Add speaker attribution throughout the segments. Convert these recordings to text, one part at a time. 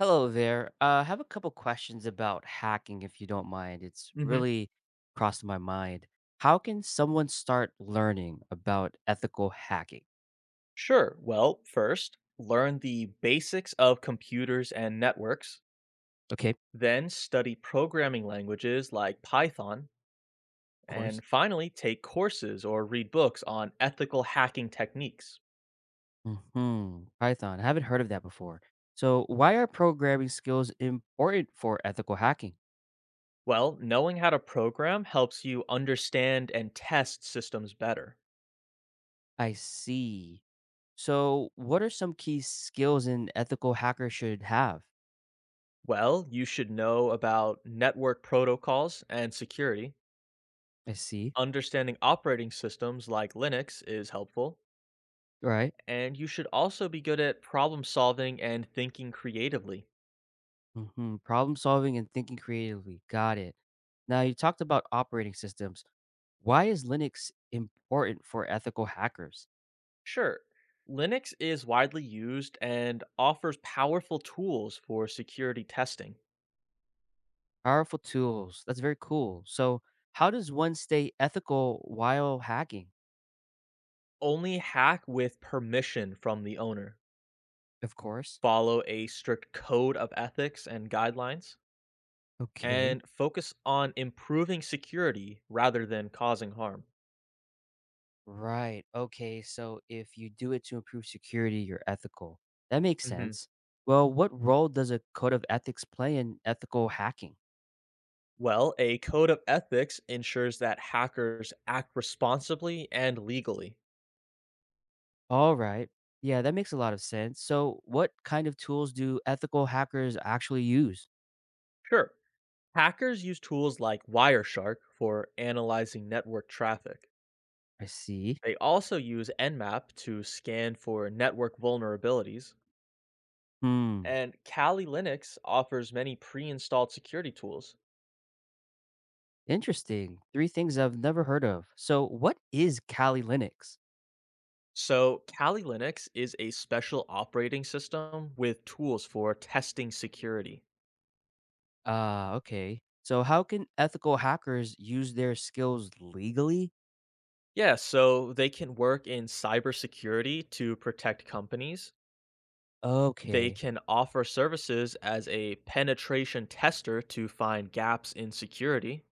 Speaker 1: Hello there. I have a couple questions about hacking, if you don't mind. It's
Speaker 2: Hmm.
Speaker 1: really crossed my mind. How can someone start learning about ethical hacking?
Speaker 2: Sure. Well, first, learn the basics of computers and networks,
Speaker 1: Okay,
Speaker 2: then study programming languages like Python,
Speaker 1: of course.
Speaker 2: and finally, take courses or read books on ethical hacking techniques.
Speaker 1: Hmm. Python. I haven't heard of that before. So, why are programming skills important for ethical hacking?
Speaker 2: Well, knowing how to program helps you understand and test systems better.
Speaker 1: I see. So, what are some key skills an ethical hacker should have?
Speaker 2: Well, you should know about network protocols and security.
Speaker 1: I see.
Speaker 2: Understanding operating systems like Linux is helpful.
Speaker 1: Right.
Speaker 2: And you should also be good at problem solving and thinking creatively.
Speaker 1: Hmm. Problem solving and thinking creatively. Got it. Now, you talked about operating systems. Why is Linux important for ethical hackers?
Speaker 2: Sure, Linux is widely used and offers powerful tools for security testing.
Speaker 1: Powerful tools. That's very cool. So, how does one stay ethical while hacking?
Speaker 2: Only hack with permission from the owner,
Speaker 1: Of course.
Speaker 2: follow a strict code of ethics and guidelines,
Speaker 1: Okay.
Speaker 2: and focus on improving security rather than causing harm.
Speaker 1: Right. Okay. So, if you do it to improve security, you're ethical. That makes
Speaker 2: Hmm.
Speaker 1: sense. Well, what role does a code of ethics play in ethical hacking?
Speaker 2: Well, a code of ethics ensures that hackers act responsibly and legally.
Speaker 1: All right. Yeah, that makes a lot of sense. So, what kind of tools do ethical hackers actually use?
Speaker 2: Sure, hackers use tools like Wireshark for analyzing network traffic.
Speaker 1: I see.
Speaker 2: They also use Nmap to scan for network vulnerabilities,
Speaker 1: Hmm.
Speaker 2: and Kali Linux offers many pre installed security tools.
Speaker 1: Interesting. Three things I've never heard of. So, what is Kali Linux?
Speaker 2: So, Kali Linux is a special operating system with tools for testing security.
Speaker 1: Okay. So, how can ethical hackers use their skills legally?
Speaker 2: Yeah, so they can work in cybersecurity to protect companies. They
Speaker 1: Okay.
Speaker 2: can offer services as a penetration tester to find gaps in security,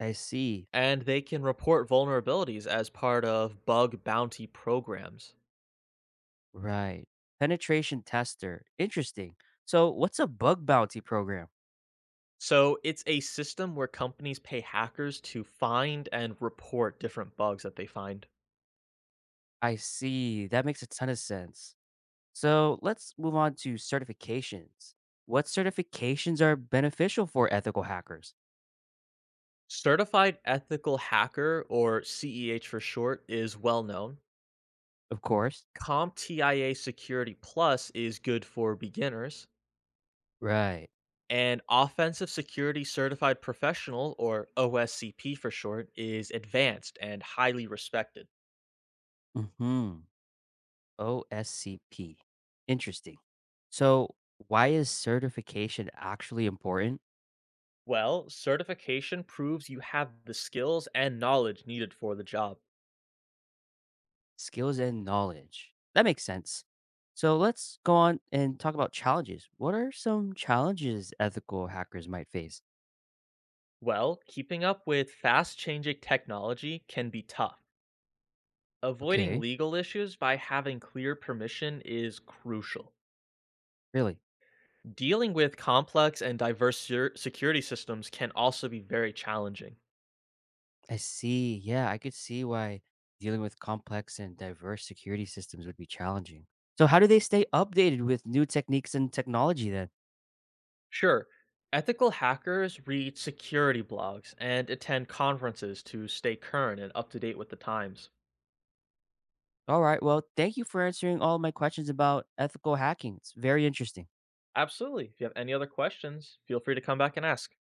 Speaker 1: I see.
Speaker 2: and they can report vulnerabilities as part of bug bounty programs.
Speaker 1: Right. Penetration tester. Interesting. So, what's a bug bounty program?
Speaker 2: So it's a system where companies pay hackers to find and report different bugs that they find.
Speaker 1: I see. That makes a ton of sense. So let's move on to certifications. What certifications are beneficial for ethical hackers?
Speaker 2: Certified Ethical Hacker, or CEH for short, is well known.
Speaker 1: Of course.
Speaker 2: CompTIA Security Plus is good for beginners.
Speaker 1: Right.
Speaker 2: And Offensive Security Certified Professional, or OSCP for short, is advanced and highly respected.
Speaker 1: Hmm. OSCP. Interesting. So, why is certification actually important?
Speaker 2: Well, certification proves you have the skills and knowledge needed for the job.
Speaker 1: Skills and knowledge. That makes sense. So, let's go on and talk about challenges. What are some challenges ethical hackers might face?
Speaker 2: Well, keeping up with fast changing technology can be tough. Avoiding
Speaker 1: Okay,
Speaker 2: legal issues by having clear permission is crucial.
Speaker 1: really?
Speaker 2: Dealing with complex and diverse security systems can also be very challenging.
Speaker 1: I see. Yeah, I could see why dealing with complex and diverse security systems would be challenging. So, how do they stay updated with new techniques and technology then?
Speaker 2: Sure, ethical hackers read security blogs and attend conferences to stay current and up to date with the times.
Speaker 1: All right. Well, thank you for answering all my questions about ethical hacking. It's very interesting.
Speaker 2: Absolutely. If you have any other questions, feel free to come back and ask.